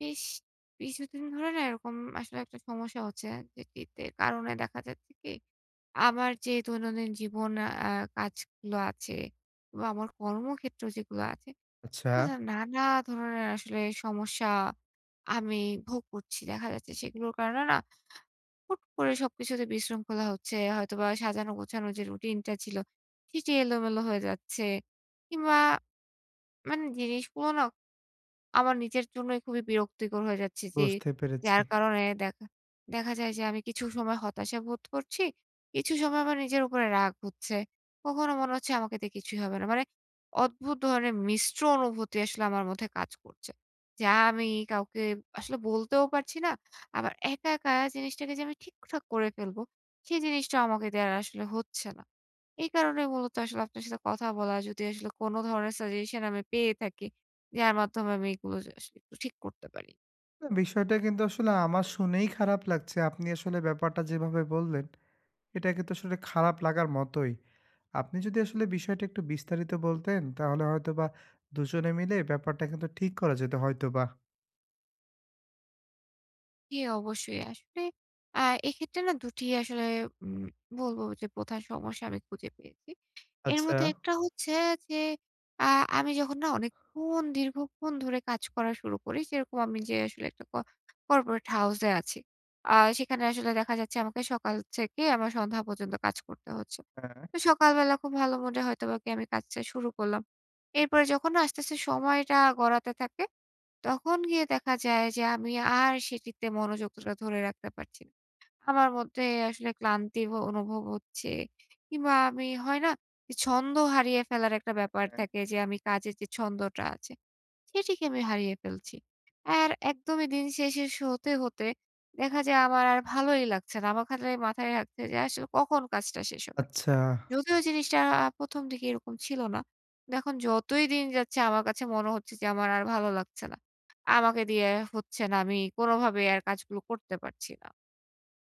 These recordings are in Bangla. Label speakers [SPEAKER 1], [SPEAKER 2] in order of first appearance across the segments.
[SPEAKER 1] বেশ কিছুদিন ধরে না এরকম আসলে একটা সমস্যা হচ্ছে। যেটিতে কারণে দেখা যাচ্ছে কি, আমার যে দৈনন্দিন জীবন আ কাজগুলো আছে বা আমার কর্মক্ষেত্র যেগুলো আছে,
[SPEAKER 2] আচ্ছা,
[SPEAKER 1] সেগুলোতে নানা ধরনের আসলে সমস্যা আমি ভোগ করছি। দেখা যাচ্ছে সেগুলোর কারণে না হুট করে সবকিছুতে বিশৃঙ্খলা হচ্ছে। হয়তোবা সাজানো গোছানো যে রুটিনটা ছিল, সেটি এলোমেলো হয়ে যাচ্ছে। কিংবা মানে জিনিসগুলো না আমার নিজের জন্যই খুবই বিরক্তিকর হয়ে যাচ্ছি যে
[SPEAKER 2] বুঝতে পেরেছি।
[SPEAKER 1] যার কারণে দেখা দেখা যায় যে আমি কিছু সময় হতাশা বোধ করছি, কিছু সময় আমার নিজের উপরে রাগ হচ্ছে। কখনো মনে হচ্ছে আমাকে দিয়ে কিছুই হবে না। মানে অদ্ভুত ধরনের মিশ্র অনুভূতি আসলে আমার মধ্যে কাজ করছে। যা আমি কাউকে আসলে বলতেও পারছি না। আবার একা, একা জিনিসটাকে যে আমি ঠিকঠাক করে ফেলবো, সেই জিনিসটা আমাকে দিয়ে আর আসলে হচ্ছে না। এই কারণে মূলত আসলে আপনার সাথে কথা বলা, যদি আসলে কোনো ধরনের সাজেশন আমি পেয়ে থাকি যার মাধ্যমে আমি এগুলো যে আসলে একটু ঠিক করতে পারি।
[SPEAKER 2] না, বিষয়টা কিন্তু আসলে আমার শুনেই খারাপ লাগছে। আপনি আসলে ব্যাপারটা যেভাবে বললেন, এটা কিন্তু আসলে খারাপ লাগার মতোই। আপনি যদি আসলে বিষয়টা একটু বিস্তারিত বলতেন, তাহলে হয়তোবা দুজনে মিলে ব্যাপারটা কিন্তু ঠিক করা যেত হয়তোবা।
[SPEAKER 1] জি, অবশ্যই। আসলে আ এক্ষেত্রে না ২ টি আসলে উম বলব যে প্রধান সমস্যা আমি খুঁজে পেয়েছি। এর
[SPEAKER 2] আচ্ছা,
[SPEAKER 1] মধ্যে একটা হচ্ছে যে আ আমি যখন না অনেকক্ষণ দীর্ঘক্ষণ ধরে কাজ করা শুরু করি, যেরকম আমি যে আসলে একটা কর্পোরেট হাউসে আছি। সেখানে আসলে দেখা যাচ্ছে আমাকে সকাল থেকে আমার সন্ধ্যা পর্যন্ত কাজ করতে হচ্ছে।
[SPEAKER 2] হ্যাঁ।
[SPEAKER 1] তো সকালবেলা খুব ভালো মুডে হয়তোবা গিয়ে আমি কাজটা শুরু করলাম। এরপরে যখন না আস্তে, আস্তে সময়টা গড়াতে থাকে তখন গিয়ে দেখা যায় যে আমি আর সেটিতে মনোযোগটা ধরে রাখতে পারছি না। আমার মধ্যে আসলে ক্লান্তি অনুভব হচ্ছে কিংবা আমি হয় না? যে ছন্দ হারিয়ে ফেলার একটা ব্যাপার থাকে যে আমি কাজের যে ছন্দটা আছে সেটিকে আমি হারিয়ে ফেলছি। আর একদমই দিন শেষে হতে, হতে দেখা যায় আমার আর ভালোই লাগছে না। আমার খালি মাথায় রাখছে যে আসলে কখন কাজটা শেষ হবে?
[SPEAKER 2] আচ্ছা।
[SPEAKER 1] যদিও জিনিসটা ১ম দিকে এরকম ছিল না। কিন্তু এখন যতই দিন যাচ্ছে আমার কাছে মনে হচ্ছে যে আমার আর ভালো লাগছে না। আমাকে দিয়ে হচ্ছে না। আমি কোনোভাবে আর কাজগুলো করতে পারছি না।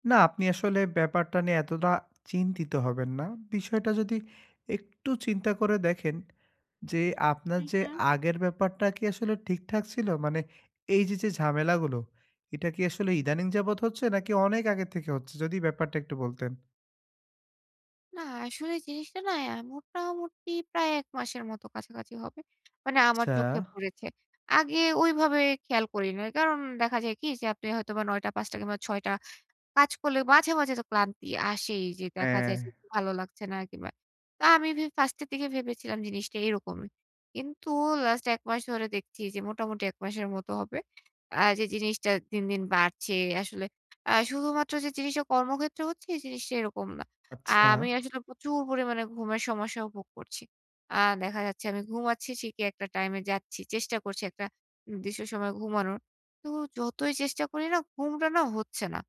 [SPEAKER 2] না, আপনি আসলে ব্যাপারটা নিয়ে এতটা চিন্তিত হবেন না। বিষয়টা যদি একটু চিন্তা করে দেখেন যে আপনার
[SPEAKER 1] হু,
[SPEAKER 2] যে
[SPEAKER 1] হু।
[SPEAKER 2] আগের ব্যাপারটা কি আসলে ঠিকঠাক ছিল? মানে এই যে, যে ঝামেলাগুলো, এটা কি আসলে ইদানিং যাবৎ হচ্ছে নাকি অনেক আগে থেকে হচ্ছে? যদি ব্যাপারটা একটু বলতেন।
[SPEAKER 1] না আসলে জিনিসটা না মোটামুটি প্রায় ১ মাসের মতো কাছাকাছি হবে। মানে আমার
[SPEAKER 2] আচ্ছা।
[SPEAKER 1] চোখে পড়েছে। আগে ওইভাবে খেয়াল করি না। কারণ দেখা যায় কি যে আপনি হয়তোবা ৯ঃ০০ ৫ঃ০০ কিংবা ৬ঃ০০ কাজ করলে মাঝে, মাঝে তো ক্লান্তি আসেই যে দেখা
[SPEAKER 2] হ্যাঁ,
[SPEAKER 1] যায় যে একটু ভালো লাগছে না কিংবা তো আমি ফার্স্ট এর দিকে ভেবেছিলাম জিনিসটা এরকমই। কিন্তু লাস্ট ১ মাস ধরে দেখছি যে মোটামুটি ১ মাসের মতো হবে। যে জিনিসটা দিন, দিন বাড়ছে আসলে শুধুমাত্র যে জিনিসটা কর্মক্ষেত্রে হচ্ছে এই জিনিসটা এরকম না।
[SPEAKER 2] আচ্ছা।
[SPEAKER 1] আমি আসলে প্রচুর পরিমাণে ঘুমের সমস্যা উপভোগ করছি। আ দেখা যাচ্ছে আমি ঘুমাচ্ছি ঠিকই একটা টাইমে যাচ্ছি। চেষ্টা করছি একটা নির্দিষ্ট সময়ে ঘুমানোর। তো যতই চেষ্টা করি না ঘুমটা না হচ্ছে না।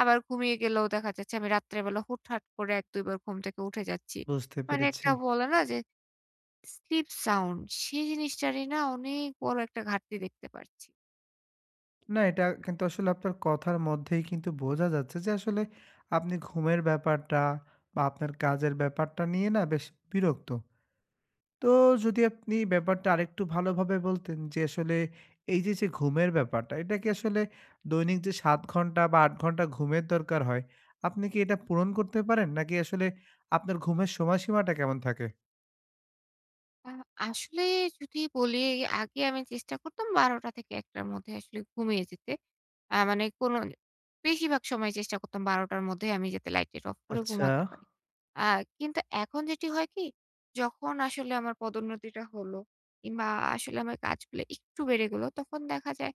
[SPEAKER 1] আবার ঘুমিয়ে গেলেও দেখা যাচ্ছে আমি রাত্রেবেলা হুটহাট করে ১-২ বার ঘুম থেকে উঠে যাচ্ছি।
[SPEAKER 2] বুঝতে
[SPEAKER 1] মানে
[SPEAKER 2] পেরেছি।
[SPEAKER 1] একটা বলে না যে স্লিপ সাউন্ড, সেই জিনিসটারই না অনেক বড় একটা ঘাটতি দেখতে পারছি।
[SPEAKER 2] না, এটা কিন্তু আসলে আপনার কথার মধ্যেই কিন্তু বোঝা যাচ্ছে যে আসলে আপনি ঘুমের ব্যাপারটা বা আপনার কাজের ব্যাপারটা নিয়ে না বেশ বিরক্ত। তো যদি আপনি ব্যাপারটা আরেকটু ভালোভাবে বলতেন যে আসলে এই যে, যে ঘুমের ব্যাপারটা, এটা কি আসলে দৈনিক যে ৭ ঘন্টা বা ৮ ঘন্টা ঘুমের দরকার হয়, আপনি কি এটা পূরণ করতে পারেন? নাকি আসলে আপনার ঘুমের সময়সীমাটা কেমন থাকে?
[SPEAKER 1] আ আসলে যদি বলি আগে আমি চেষ্টা করতাম ১২টা থেকে ১ টার মধ্যে আসলে ঘুমিয়ে যেতে। মানে কোনো বেশিরভাগ সময় চেষ্টা করতাম ১২টার মধ্যে আমি যাতে লাইট টাইট অফ করে
[SPEAKER 2] আচ্ছা।
[SPEAKER 1] ঘুমাতে পারি। আ কিন্তু এখন যেটি হয় কি? যখন আসলে আমার পদোন্নতিটা হলো কিংবা আসলে আমার কাজগুলো একটু বেড়ে গেলো তখন দেখা যায়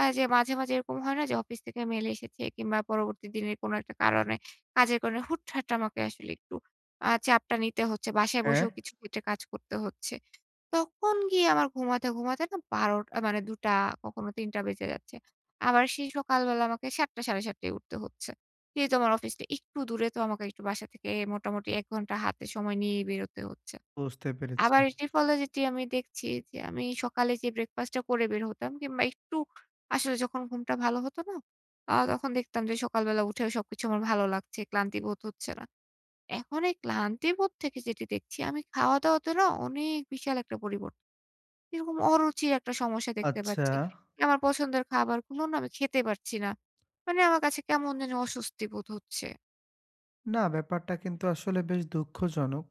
[SPEAKER 1] যে মাঝে, মাঝে এরকম হয় না যে অফিস থেকে মেইল এসেছে কিংবা পরবর্তী দিনের কোনো একটা কারণে কাজের কারণে হুটহাট আমাকে আসলে একটু চাপটা নিতে হচ্ছে। বাসায়
[SPEAKER 2] হ্যাঁ?
[SPEAKER 1] বসেও কিছু ক্ষেত্রে কাজ করতে হচ্ছে। তখন গিয়ে আমার ঘুমাতে, ঘুমাতে না ১২টা মানে ২টা কখনো ৩টা বেজে যাচ্ছে। আবার সেই সকালবেলা আমাকে ৭টা ৭:৩০ টায় উঠতে হচ্ছে। যেহেতু আমার অফিসটা একটু দূরে তো আমাকে একটু বাসা থেকে মোটামুটি ১ ঘন্টা হাতে সময় নিয়েই বেরোতে হচ্ছে।
[SPEAKER 2] বুঝতে পেরেছি।
[SPEAKER 1] আবার এটির ফলে যেটি আমি দেখছি যে আমি সকালে যে ব্রেকফাস্টটা করে বের হতাম কিংবা একটু আসলে যখন ঘুমটা ভালো হতো না? তখন দেখতাম যে সকালবেলা উঠেও সবকিছু আমার ভালো লাগছে, ক্লান্তি বোধ হচ্ছে না। এখন এই ক্লান্তি বোধ থেকে যেটি দেখছি আমি খাওয়া-দাওয়াতে না অনেক বিশাল একটা পরিবর্তন এরকম অরুচির একটা সমস্যা দেখতে
[SPEAKER 2] আচ্ছা।
[SPEAKER 1] পাচ্ছি। আমার পছন্দের খাবারগুলো না আমি খেতে পারছি না। মানে আমার কাছে কেমন জানি অস্বস্তি বোধ হচ্ছে।
[SPEAKER 2] না, ব্যাপারটা কিন্তু আসলে বেশ দুঃখজনক।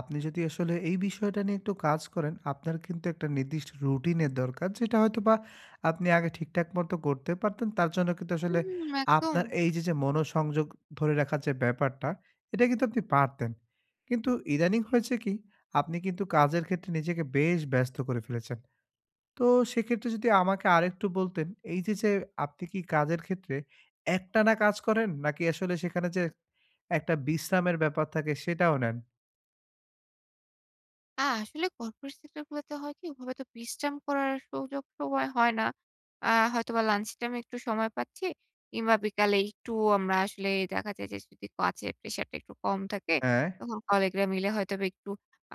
[SPEAKER 2] আপনি যদি আসলে এই বিষয়টা নিয়ে একটু কাজ করেন, আপনার কিন্তু একটা নির্দিষ্ট রুটিনের দরকার। যেটা হয়তোবা আপনি আগে ঠিকঠাক মতো করতে পারতেন। তার জন্য কিন্তু আসলে
[SPEAKER 1] হুম, একদম।
[SPEAKER 2] আপনার এই যে, যে মনোসংযোগ ধরে রাখার যে ব্যাপারটা, এটা কিন্তু আপনি পারতেন। কিন্তু ইদানিং হয়েছে কি, আপনি কিন্তু কাজের ক্ষেত্রে নিজেকে বেশ ব্যস্ত করে ফেলেছেন। তো সেক্ষেত্রে যদি আমাকে আরেকটু বলতেন, এই যে, যে আপনি কি কাজের ক্ষেত্রে একটানা কাজ করেন? নাকি আসলে সেখানে যে একটা বিশ্রামের ব্যাপার থাকে সেটাও নেন?
[SPEAKER 1] আসলে কর্পোরেট সেক্টর গুলোতে হয় কি? ওভাবে তো বিশ্রাম করার সুযোগ সময় হয় না। আ হয়তোবা লাঞ্চ টাইম এ একটু সময় পাচ্ছি কিংবা বিকালে একটু আমরা আসলে দেখা যায় যে যদি কাজের প্রেশারটা একটু কম থাকে,
[SPEAKER 2] হ্যাঁ।
[SPEAKER 1] তখন কলিগরা মিলে হয়তোবা একটু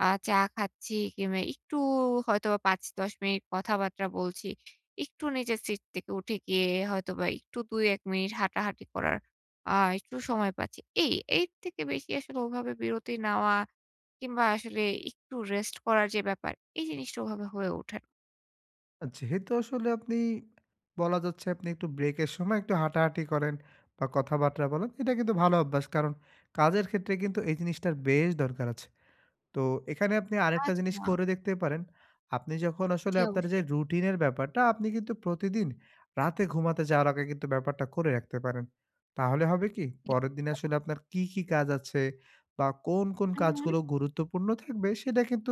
[SPEAKER 1] চা খাচ্ছি কিংবা একটু হয়তোবা ৫-১০ মিনিট কথাবার্তা বলছি। একটু নিজের সিট থেকে উঠে গিয়ে হয়তোবা একটু ২-১ মিনিট হাঁটাহাঁটি করার আ একটু সময় পাচ্ছি। এই এর থেকে বেশি আসলে ওভাবে বিরতি নেওয়া কিংবা আসলে একটু রেস্ট করার যে ব্যাপার, এই জিনিসটা ওভাবে হয়ে ওঠে না।
[SPEAKER 2] যেহেতু আসলে আপনি বলা যাচ্ছে আপনি একটু ব্রেকের সময় একটু হাঁটাহাঁটি করেন বা কথাবার্তা বলেন, এটা কিন্তু ভালো অভ্যাস। কারণ কাজের ক্ষেত্রে কিন্তু এই জিনিসটার বেশ দরকার আছে। তো এখানে আপনি আরেকটা
[SPEAKER 1] আচ্ছা,
[SPEAKER 2] জিনিস করে দেখতে পারেন। আপনি যখন আসলে
[SPEAKER 1] জি
[SPEAKER 2] আপনার যে
[SPEAKER 1] অবশ্যই।
[SPEAKER 2] রুটিনের ব্যাপারটা, আপনি কিন্তু প্রতিদিন রাতে ঘুমাতে যাওয়ার আগে কিন্তু ব্যাপারটা করে রাখতে পারেন। তাহলে হবে কি? পরের দিন
[SPEAKER 1] হু,
[SPEAKER 2] আসলে আপনার কি, কি কাজ আছে বা কোন, কোন
[SPEAKER 1] হুম।
[SPEAKER 2] কাজগুলো গুরুত্বপূর্ণ থাকবে সেটা কিন্তু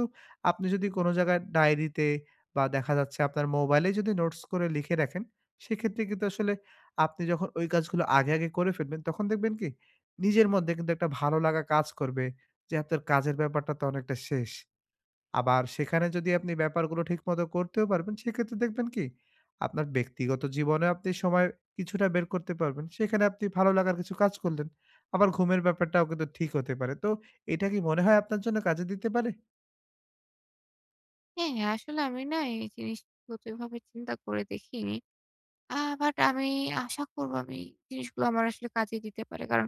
[SPEAKER 2] আপনি যদি কোনো জায়গায় ডায়েরিতে বা দেখা যাচ্ছে আপনার মোবাইলে যদি নোটস করে লিখে রাখেন, সেক্ষেত্রে কিন্তু আসলে আপনি যখন ওই কাজগুলো আগে, আগে করে ফেলবেন তখন দেখবেন কি? নিজের মধ্যে কিন্তু একটা ভালো লাগা কাজ করবে। যে আপনার কাজের ব্যাপারটা তো অনেকটা শেষ। আবার সেখানে যদি আপনি ব্যাপারগুলো ঠিকমতো করতেও পারবেন, সেক্ষেত্রে দেখবেন কি আপনার ব্যক্তিগত জীবনেও আপনি সময় কিছুটা বের করতে পারবেন। সেখানে আপনি ভালো লাগার কিছু কাজ করলেন। আবার ঘুমের ব্যাপারটাও কিন্তু ঠিক হতে পারে। তো এটা কি মনে হয় আপনার জন্য কাজে দিতে পারে?
[SPEAKER 1] হ্যাঁ, আসলে আমি না এই জিনিসগুলো তো এভাবে চিন্তা করে দেখিনি। আ বাট আমি আশা করব আমি জিনিসগুলো আমার আসলে কাজে দিতে পারে। কারণ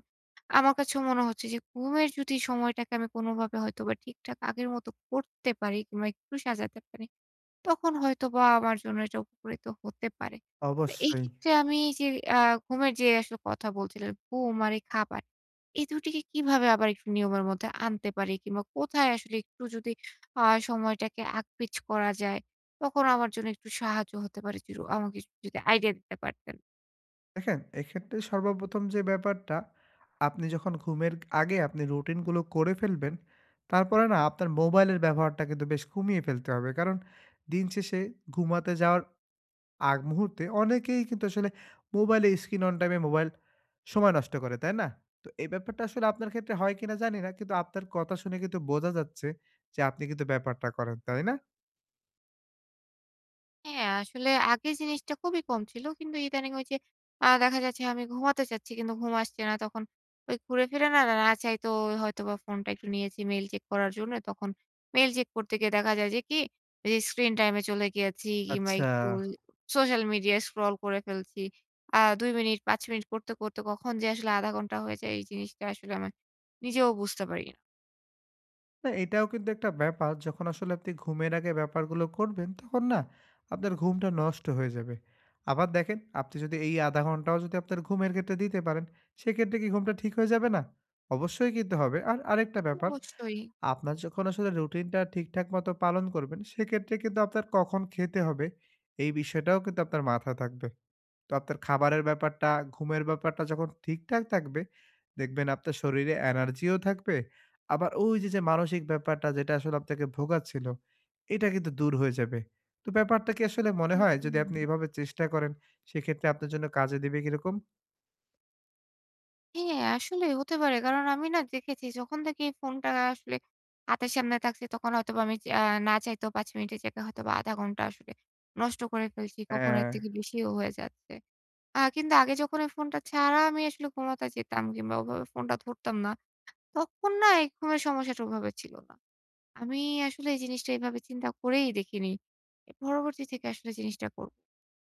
[SPEAKER 1] আমার কাছেও মনে হচ্ছে যে ঘুমের যদি সময়টাকে আমি কোনোভাবে হয়তোবা ঠিকঠাক আগের মতো করতে পারি কিংবা একটু সাজাতে পারি তখন হয়তোবা আমার জন্য এটা উপকৃত হতে পারে। তো এই
[SPEAKER 2] অবশ্যই।
[SPEAKER 1] ক্ষেত্রে আমি যে আ ঘুমের যে আসলে কথা বলছিলেন, ঘুম আর এই খাবার, এই ২ টিকে কিভাবে আবার একটু নিয়মের মধ্যে আনতে পারি? কিংবা কোথায় আসলে একটু যদি আ সময়টাকে আকপিচ করা যায়, তখন আমার জন্য একটু সাহায্য হতে পারে। জরু আমাকে যদি আইডিয়া দিতে পারতেন।
[SPEAKER 2] দেখেন, এক্ষেত্রে সর্বপ্রথম যে ব্যাপারটা, আপনি যখন ঘুমের আগে আপনি রুটিনগুলো করে ফেলবেন, তারপরে না আপনার মোবাইলের ব্যবহারটা কিন্তু বেশ কমিয়ে ফেলতে হবে। কারণ দিন শেষে ঘুমাতে যাওয়ার আগ মুহূর্তে অনেকেই কিন্তু আসলে মোবাইলে স্ক্রিন অন টাইমে মোবাইল সময় নষ্ট করে, তাই না? তো এই ব্যাপারটা আসলে আপনার ক্ষেত্রে হয় কিনা জানি না। কিন্তু আপনার কথা শুনে কিন্তু বোঝা যাচ্ছে যে আপনি কিন্তু ব্যাপারটা করেন, তাই না?
[SPEAKER 1] হ্যাঁ, আসলে আগে জিনিসটা খুবই কম ছিল। কিন্তু ইদানিং ওই যে দেখা যাচ্ছে আমি ঘুমাতে চাচ্ছি কিন্তু ঘুম আসছে না। তখন ওই ঘুরে ফিরে না, না চাইতেও হয়তোবা ফোনটা একটু নিয়েছি মেইল চেক করার জন্য। তখন মেইল চেক করতে গিয়ে দেখা যায় যে কি যে স্ক্রিন টাইম এ চলে গিয়েছি কিংবা
[SPEAKER 2] আচ্ছা।
[SPEAKER 1] একটু সোশ্যাল মিডিয়ায় স্ক্রল করে ফেলছি। ২ মিনিট ৫ মিনিট করতে, করতে কখন যে আসলে ০.৫ ঘন্টা হয়ে যায় এই জিনিসটা আসলে আমি নিজেও বুঝতে পারি না।
[SPEAKER 2] না, এটাও কিন্তু একটা ব্যাপার যখন আসলে আপনি ঘুমের আগে ব্যাপারগুলো করবেন তখন না আপনার ঘুমটা নষ্ট হয়ে যাবে। আবার দেখেন আপনি যদি এই ০.৫ ঘন্টাও যদি আপনার ঘুমের ক্ষেত্রে দিতে পারেন, সেক্ষেত্রে কি ঘুমটা ঠিক হয়ে যাবে না? অবশ্যই কিন্তু হবে। আর আরেকটা
[SPEAKER 1] তা তো
[SPEAKER 2] ব্যাপার
[SPEAKER 1] অবশ্যই।
[SPEAKER 2] আপনার যখন আসলে রুটিনটা ঠিকঠাক মতো পালন করবেন, সেক্ষেত্রে কিন্তু আপনার কখন খেতে হবে, এই বিষয়টাও কিন্তু আপনার মাথায় থাকবে। তো আপনার খাবারের ব্যাপারটা, ঘুমের ব্যাপারটা যখন ঠিকঠাক থাকবে, দেখবেন আপনার শরীরে এনার্জিও থাকবে। আবার ওই যে, যে মানসিক ব্যাপারটা যেটা আসলে আপনাকে ভোগাচ্ছিল, এটা কিন্তু দূর হয়ে যাবে। তো ব্যাপারটা কি আসলে মনে হয় যদি
[SPEAKER 1] হুম।
[SPEAKER 2] আপনি এভাবে চেষ্টা করেন, সেক্ষেত্রে আপনার জন্য কাজে দিবে কিরকম?
[SPEAKER 1] হ্যাঁ, আসলে হতে পারে। কারণ আমি না দেখেছি যখন থেকে এই ফোনটা আসলে হাতের সামনে থাকছে তখন হয়তোবা আমি না চাইতেও ৫ মিনিটের জায়গায় হয়তোবা ০.৫ ঘন্টা আসলে নষ্ট করে ফেলছি। কখনো
[SPEAKER 2] হ্যাঁ।
[SPEAKER 1] এর থেকে বেশিও হয়ে যাচ্ছে। কিন্তু আগে যখন এই ফোনটা ছাড়া আমি আসলে ঘুমাতে যেতাম কিংবা ওভাবে ফোনটা ধরতাম না, তখন না এই ঘুমের সমস্যাটা ওভাবে ছিল না। আমি আসলে এই জিনিসটা এভাবে চিন্তা করেই দেখিনি। এ পরবর্তী থেকে আসলে জিনিসটা করব।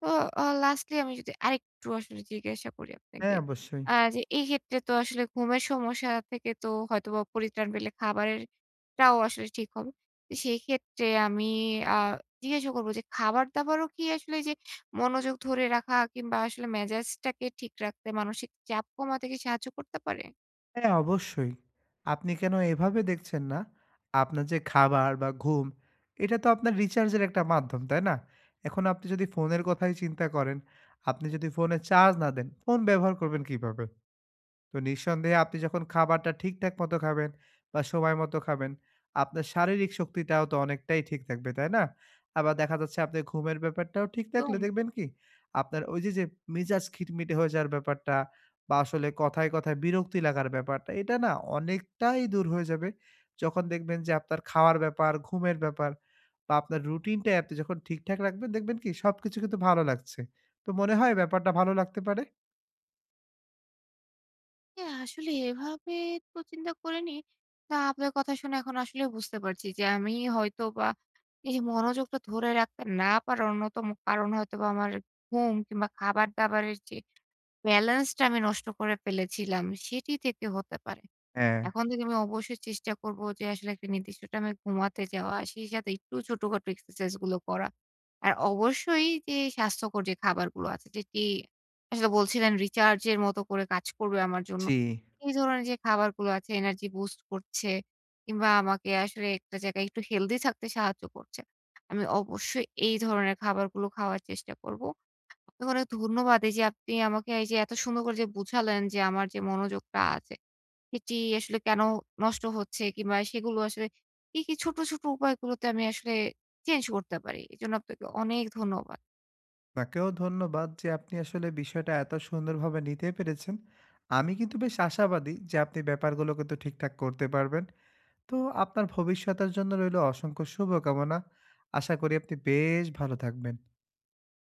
[SPEAKER 1] তো লাস্টলি আমি যদি আরেকটু আসলে জিজ্ঞাসা করি
[SPEAKER 2] হ্যাঁ,
[SPEAKER 1] আপনাকে।
[SPEAKER 2] অবশ্যই।
[SPEAKER 1] যে এই ক্ষেত্রে তো আসলে ঘুমের সমস্যা থেকে তো হয়তোবা পরিত্রাণ পেলে খাবারেরটাও আসলে ঠিক হবে। তো সেই ক্ষেত্রে আমি আ জিজ্ঞাসা করব যে খাবার-দাবারও কি আসলে যে মনোযোগ ধরে রাখা কিংবা আসলে মেজাজটাকে ঠিক রাখতে মানসিক চাপ কমাতে কি সাহায্য করতে পারে?
[SPEAKER 2] হ্যাঁ, অবশ্যই। আপনি কেন এভাবে দেখছেন না? আপনার যে খাবার বা ঘুম, এটা তো আপনার রিচার্জের একটা মাধ্যম, তাই না? এখন আপনি যদি ফোনের কথাই চিন্তা করেন, আপনি যদি ফোনে চার্জ না দেন, ফোন ব্যবহার করবেন কিভাবে? তো নিঃসন্দেহে আপনি যখন খাবারটা ঠিকঠাক মতো খাবেন বা সময় মতো খাবেন, আপনার শারীরিক শক্তিটাও তো অনেকটাই ঠিক থাকবে, তাই না? আবার দেখা যাচ্ছে আপনার ঘুমের ব্যাপারটাও ঠিক থাকলে
[SPEAKER 1] একদম।
[SPEAKER 2] দেখবেন কি, আপনার ওই যে, যে মেজাজ খিটমিটে হয়ে যাওয়ার ব্যাপারটা বা আসলে কথায়, কথায় বিরক্তি লাগার ব্যাপারটা, এটা না অনেকটাই দূর হয়ে যাবে। যখন দেখবেন যে আপনার খাওয়ার ব্যাপার, ঘুমের ব্যাপার বা আপনার রুটিনটাই আপনি যখন ঠিকঠাক রাখবেন, দেখবেন কি সবকিছু কিন্তু ভালো লাগছে। তো মনে হয় ব্যাপারটা ভালো লাগতে পারে?
[SPEAKER 1] হ্যাঁ, আসলে এভাবে তো চিন্তা করিনি। তা আপনার কথা শুনে এখন আসলে বুঝতে পারছি যে আমি হয়তোবা এই যে মনোযোগটা ধরে রাখতে না পারার অন্যতম কারণ হয়তোবা আমার ঘুম কিংবা খাবার-দাবারের যে ব্যালেন্সটা আমি নষ্ট করে ফেলেছিলাম, সেটি থেকে হতে পারে।
[SPEAKER 2] হ্যাঁ,
[SPEAKER 1] এখন থেকে আমি অবশ্যই চেষ্টা করব যে আসলে একটা নির্দিষ্ট টাইমে ঘুমাতে যাওয়া, সেই সাথে একটু ছোটখাটো এক্সারসাইজ গুলো করা। আর অবশ্যই যে স্বাস্থ্যকর যে খাবারগুলো আছে যেটি আসলে বলছিলেন রিচার্জ এর মতো করে কাজ করবে আমার জন্য।
[SPEAKER 2] জি।
[SPEAKER 1] এই ধরনের যে খাবারগুলো আছে এনার্জি বুস্ট করছে কিংবা আমাকে আসলে একটা জায়গায় একটু হেলদি থাকতে সাহায্য করছে। আমি অবশ্যই এই ধরনের খাবারগুলো খাওয়ার চেষ্টা করব। অনেক ধন্যবাদ এই যে আপনি আমাকে এই যে এত সুন্দর করে যে বুঝালেন যে আমার যে মনোযোগটা আছে এটি আসলে কেন নষ্ট হচ্ছে? কিংবা সেগুলো আসলে কি, কি ছোট, ছোট উপায়গুলোতে আমি আসলে চেঞ্জ করতে পারি? এজন্য আপনাকে অনেক ধন্যবাদ।
[SPEAKER 2] আপনাকেও ধন্যবাদ যে আপনি আসলে বিষয়টা এত সুন্দরভাবে নিতে পেরেছেন। আমি কিন্তু বেশ আশাবাদী যে আপনি ব্যাপারগুলো কিন্তু ঠিকঠাক করতে পারবেন। তো আপনার ভবিষ্যতের জন্য রইল অসংখ্য শুভকামনা। আশা করি আপনি বেশ ভালো থাকবেন।